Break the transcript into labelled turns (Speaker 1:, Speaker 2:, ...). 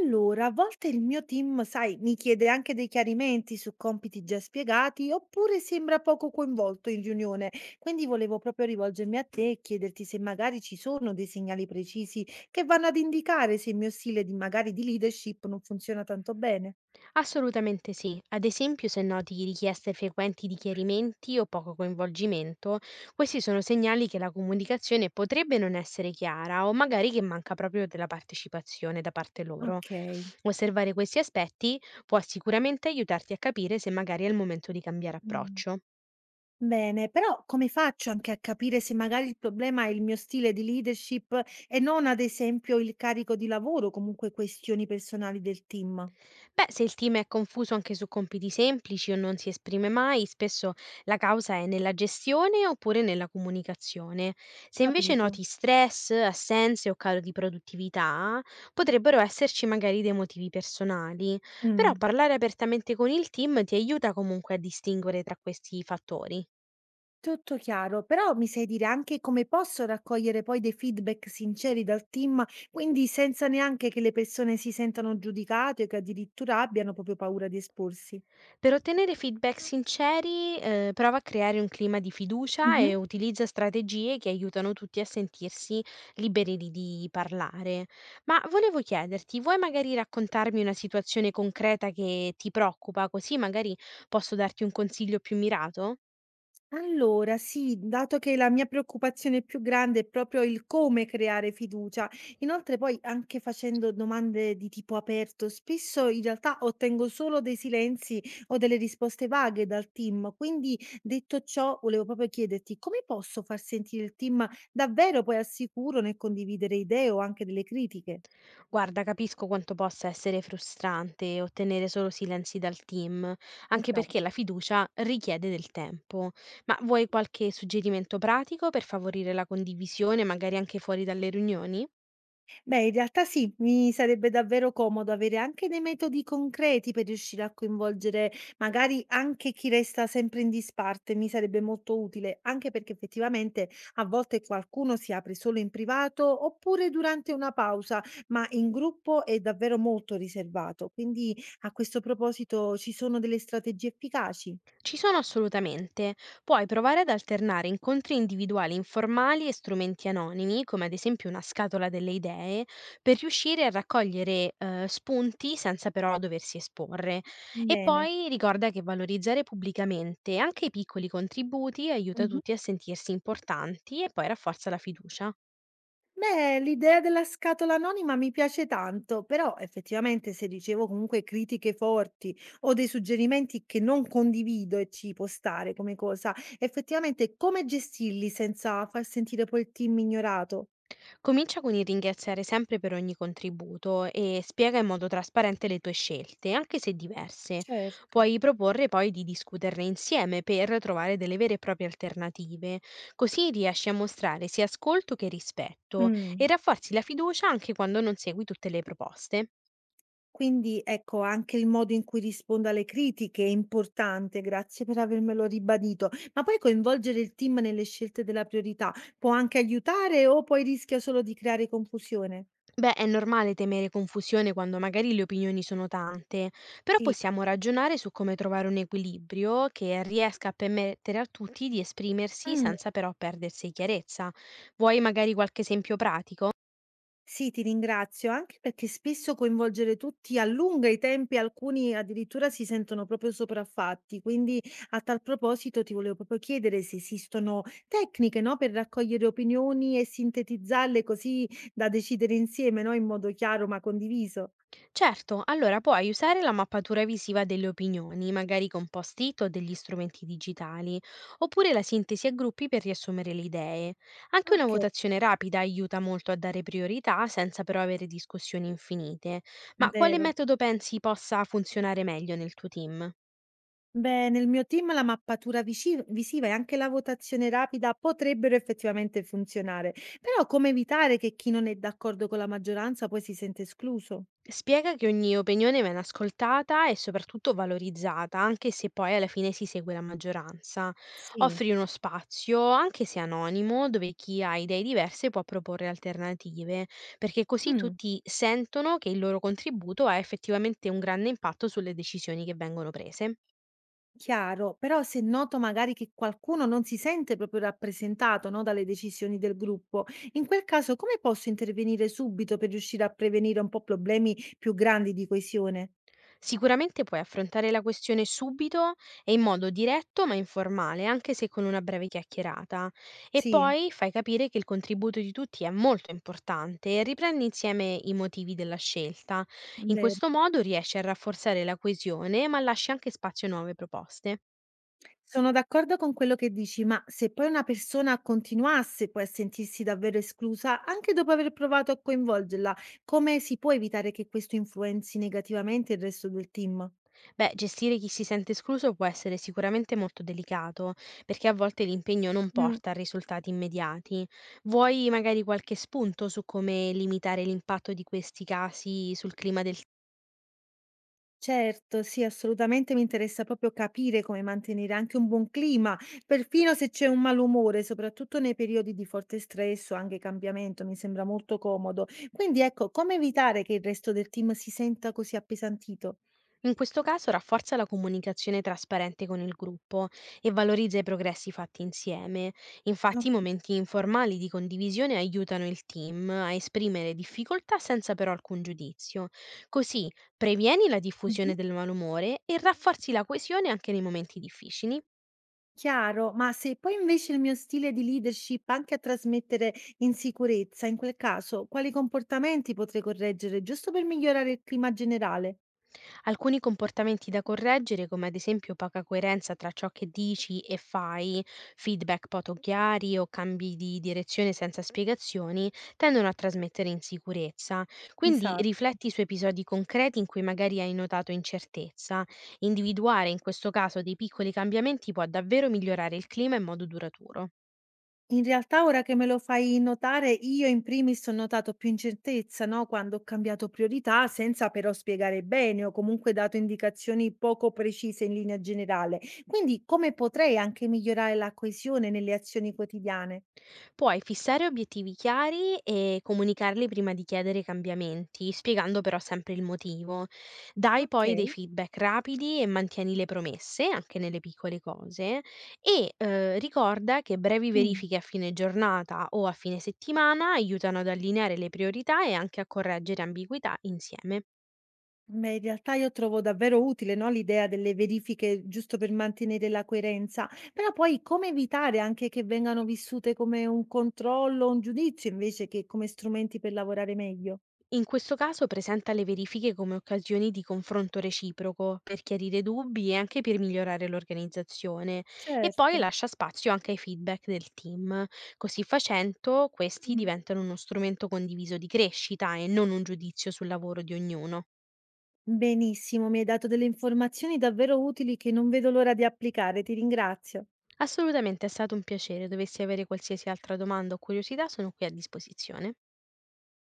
Speaker 1: Allora, a volte il mio team, sai, mi chiede anche dei chiarimenti su compiti già spiegati, oppure sembra poco coinvolto in riunione. Quindi volevo proprio rivolgermi a te e chiederti se magari ci sono dei segnali precisi che vanno ad indicare se il mio stile di leadership non funziona tanto bene.
Speaker 2: Assolutamente sì. Ad esempio, se noti richieste frequenti di chiarimenti o poco coinvolgimento, questi sono segnali che la comunicazione potrebbe non essere chiara o magari che manca proprio della partecipazione da parte loro.
Speaker 1: Ok.
Speaker 2: Osservare questi aspetti può sicuramente aiutarti a capire se magari è il momento di cambiare
Speaker 1: Mm.
Speaker 2: approccio.
Speaker 1: Bene, però come faccio anche a capire se magari il problema è il mio stile di leadership e non ad esempio il carico di lavoro, comunque questioni personali del team?
Speaker 2: Beh, se il team è confuso anche su compiti semplici o non si esprime mai, spesso la causa è nella gestione oppure nella comunicazione. Se invece
Speaker 1: Capito.
Speaker 2: noti stress, assenze o calo di produttività, potrebbero esserci magari dei motivi personali, però
Speaker 1: Mh,
Speaker 2: parlare apertamente con il team ti aiuta comunque a distinguere tra questi fattori.
Speaker 1: tutto chiaro, però mi sai dire anche come posso raccogliere poi dei feedback sinceri dal team, quindi senza neanche che le persone si sentano giudicate o che addirittura abbiano proprio paura di esporsi?
Speaker 2: Per ottenere feedback sinceri, prova a creare un clima di fiducia e utilizza strategie che aiutano tutti a sentirsi liberi di parlare. Ma volevo chiederti, vuoi magari raccontarmi una situazione concreta che ti preoccupa, così magari posso darti un consiglio più mirato?
Speaker 1: Allora, sì, dato che la mia preoccupazione più grande è proprio il come creare fiducia, inoltre poi anche facendo domande di tipo aperto, spesso in realtà ottengo solo dei silenzi o delle risposte vaghe dal team. Quindi, detto ciò, volevo proprio chiederti come posso far sentire il team davvero poi al sicuro nel condividere idee o anche delle critiche?
Speaker 2: Guarda, capisco quanto possa essere frustrante ottenere solo silenzi dal team, anche
Speaker 1: Esatto.
Speaker 2: perché la fiducia richiede del tempo. Ma vuoi qualche suggerimento pratico per favorire la condivisione, magari anche fuori dalle riunioni?
Speaker 1: Beh, in realtà sì, mi sarebbe davvero comodo avere anche dei metodi concreti per riuscire a coinvolgere magari anche chi resta sempre in disparte, mi sarebbe molto utile, anche perché effettivamente a volte qualcuno si apre solo in privato oppure durante una pausa, ma in gruppo è davvero molto riservato. Quindi a questo proposito ci sono delle strategie efficaci?
Speaker 2: Ci sono assolutamente. Puoi provare ad alternare incontri individuali informali e strumenti anonimi, come ad esempio una scatola delle idee, per riuscire a raccogliere spunti senza però doversi esporre. E
Speaker 1: Bene.
Speaker 2: poi ricorda che valorizzare pubblicamente anche i piccoli contributi aiuta tutti a sentirsi importanti e poi rafforza la fiducia.
Speaker 1: Beh, l'idea della scatola anonima mi piace tanto, però effettivamente se ricevo comunque critiche forti o dei suggerimenti che non condivido e ci può stare come cosa, effettivamente come gestirli senza far sentire poi il team ignorato?
Speaker 2: Comincia con il ringraziare sempre per ogni contributo e spiega in modo trasparente le tue scelte, anche se diverse.
Speaker 1: Certo.
Speaker 2: Puoi proporre poi di discuterne insieme per trovare delle vere e proprie alternative, così riesci a mostrare sia ascolto che rispetto
Speaker 1: Mm.
Speaker 2: e rafforzi la fiducia anche quando non segui tutte le proposte.
Speaker 1: Quindi ecco, anche il modo in cui rispondo alle critiche è importante, grazie per avermelo ribadito. Ma poi coinvolgere il team nelle scelte della priorità può anche aiutare o poi rischia solo di creare confusione?
Speaker 2: Beh, è normale temere confusione quando magari le opinioni sono tante, però
Speaker 1: Sì.
Speaker 2: possiamo ragionare su come trovare un equilibrio che riesca a permettere a tutti di esprimersi
Speaker 1: Mm.
Speaker 2: senza però perdersi chiarezza. Vuoi magari qualche esempio pratico?
Speaker 1: Sì, ti ringrazio, anche perché spesso coinvolgere tutti allunga i tempi, alcuni addirittura si sentono proprio sopraffatti. Quindi a tal proposito ti volevo proprio chiedere se esistono tecniche, no, per raccogliere opinioni e sintetizzarle così da decidere insieme, no, in modo chiaro ma condiviso.
Speaker 2: Certo, allora puoi usare la mappatura visiva delle opinioni, magari con post-it o degli strumenti digitali, oppure la sintesi a gruppi per riassumere le idee. Anche una
Speaker 1: Ok.
Speaker 2: votazione rapida aiuta molto a dare priorità senza però avere discussioni infinite. Ma quale
Speaker 1: Vero.
Speaker 2: metodo pensi possa funzionare meglio nel tuo team?
Speaker 1: Beh, nel mio team la mappatura visiva e anche la votazione rapida potrebbero effettivamente funzionare, però come evitare che chi non è d'accordo con la maggioranza poi si sente escluso?
Speaker 2: Spiega che ogni opinione viene ascoltata e soprattutto valorizzata, anche se poi alla fine si segue la maggioranza.
Speaker 1: Sì,
Speaker 2: Offri uno spazio, anche se anonimo, dove chi ha idee diverse può proporre alternative, perché così
Speaker 1: mh,
Speaker 2: tutti sentono che il loro contributo ha effettivamente un grande impatto sulle decisioni che vengono prese.
Speaker 1: chiaro, però se noto magari che qualcuno non si sente proprio rappresentato, no, dalle decisioni del gruppo, in quel caso come posso intervenire subito per riuscire a prevenire un po' problemi più grandi di coesione?
Speaker 2: Sicuramente puoi affrontare la questione subito e in modo diretto ma informale, anche se con una breve chiacchierata. E
Speaker 1: Sì,
Speaker 2: poi fai capire che il contributo di tutti è molto importante e riprendi insieme i motivi della scelta.
Speaker 1: è
Speaker 2: In
Speaker 1: vero.
Speaker 2: questo modo riesci a rafforzare la coesione ma lasci anche spazio a nuove proposte.
Speaker 1: Sono d'accordo con quello che dici, ma se poi una persona continuasse poi a sentirsi davvero esclusa, anche dopo aver provato a coinvolgerla, come si può evitare che questo influenzi negativamente il resto del team?
Speaker 2: Beh, gestire chi si sente escluso può essere sicuramente molto delicato, perché a volte l'impegno non porta a risultati immediati. Vuoi magari qualche spunto su come limitare l'impatto di questi casi sul clima del?
Speaker 1: Certo, sì, assolutamente mi interessa proprio capire come mantenere anche un buon clima, perfino se c'è un malumore, soprattutto nei periodi di forte stress o anche cambiamento, mi sembra molto comodo. Quindi ecco, come evitare che il resto del team si senta così appesantito?
Speaker 2: In questo caso rafforza la comunicazione trasparente con il gruppo e valorizza i progressi fatti insieme. Infatti
Speaker 1: Ok.
Speaker 2: i momenti informali di condivisione aiutano il team a esprimere difficoltà senza però alcun giudizio. Così previeni la
Speaker 1: Mhm.
Speaker 2: diffusione del malumore e rafforzi la coesione anche nei momenti difficili.
Speaker 1: Chiaro, ma se poi invece il mio stile di leadership anche a trasmettere insicurezza, in quel caso, quali comportamenti potrei correggere giusto per migliorare il clima generale?
Speaker 2: Alcuni comportamenti da correggere, come ad esempio poca coerenza tra ciò che dici e fai, feedback poco chiari o cambi di direzione senza spiegazioni, tendono a trasmettere insicurezza. Quindi
Speaker 1: Esatto.
Speaker 2: rifletti su episodi concreti in cui magari hai notato incertezza. Individuare in questo caso dei piccoli cambiamenti può davvero migliorare il clima in modo duraturo.
Speaker 1: In realtà ora che me lo fai notare, io in primis ho notato più incertezza, no? Quando ho cambiato priorità senza però spiegare bene o comunque dato indicazioni poco precise in linea generale. Quindi come potrei anche migliorare la coesione nelle azioni quotidiane?
Speaker 2: Puoi fissare obiettivi chiari e comunicarli prima di chiedere cambiamenti, spiegando però sempre il motivo. Dai
Speaker 1: Ok.
Speaker 2: poi dei feedback rapidi e mantieni le promesse, anche nelle piccole cose, e ricorda che brevi
Speaker 1: Mm.
Speaker 2: verifiche a fine giornata o a fine settimana aiutano ad allineare le priorità e anche a correggere ambiguità insieme.
Speaker 1: Beh, in realtà io trovo davvero utile, no, l'idea delle verifiche giusto per mantenere la coerenza, però poi come evitare anche che vengano vissute come un controllo, un giudizio invece che come strumenti per lavorare meglio?
Speaker 2: In questo caso presenta le verifiche come occasioni di confronto reciproco per chiarire dubbi e anche per migliorare l'organizzazione, e
Speaker 1: Certo.
Speaker 2: poi lascia spazio anche ai feedback del team. Così facendo questi
Speaker 1: Mh.
Speaker 2: diventano uno strumento condiviso di crescita e non un giudizio sul lavoro di ognuno.
Speaker 1: Benissimo, mi hai dato delle informazioni davvero utili che non vedo l'ora di applicare, ti ringrazio.
Speaker 2: Assolutamente, è stato un piacere. Dovessi avere qualsiasi altra domanda o curiosità, sono qui a disposizione.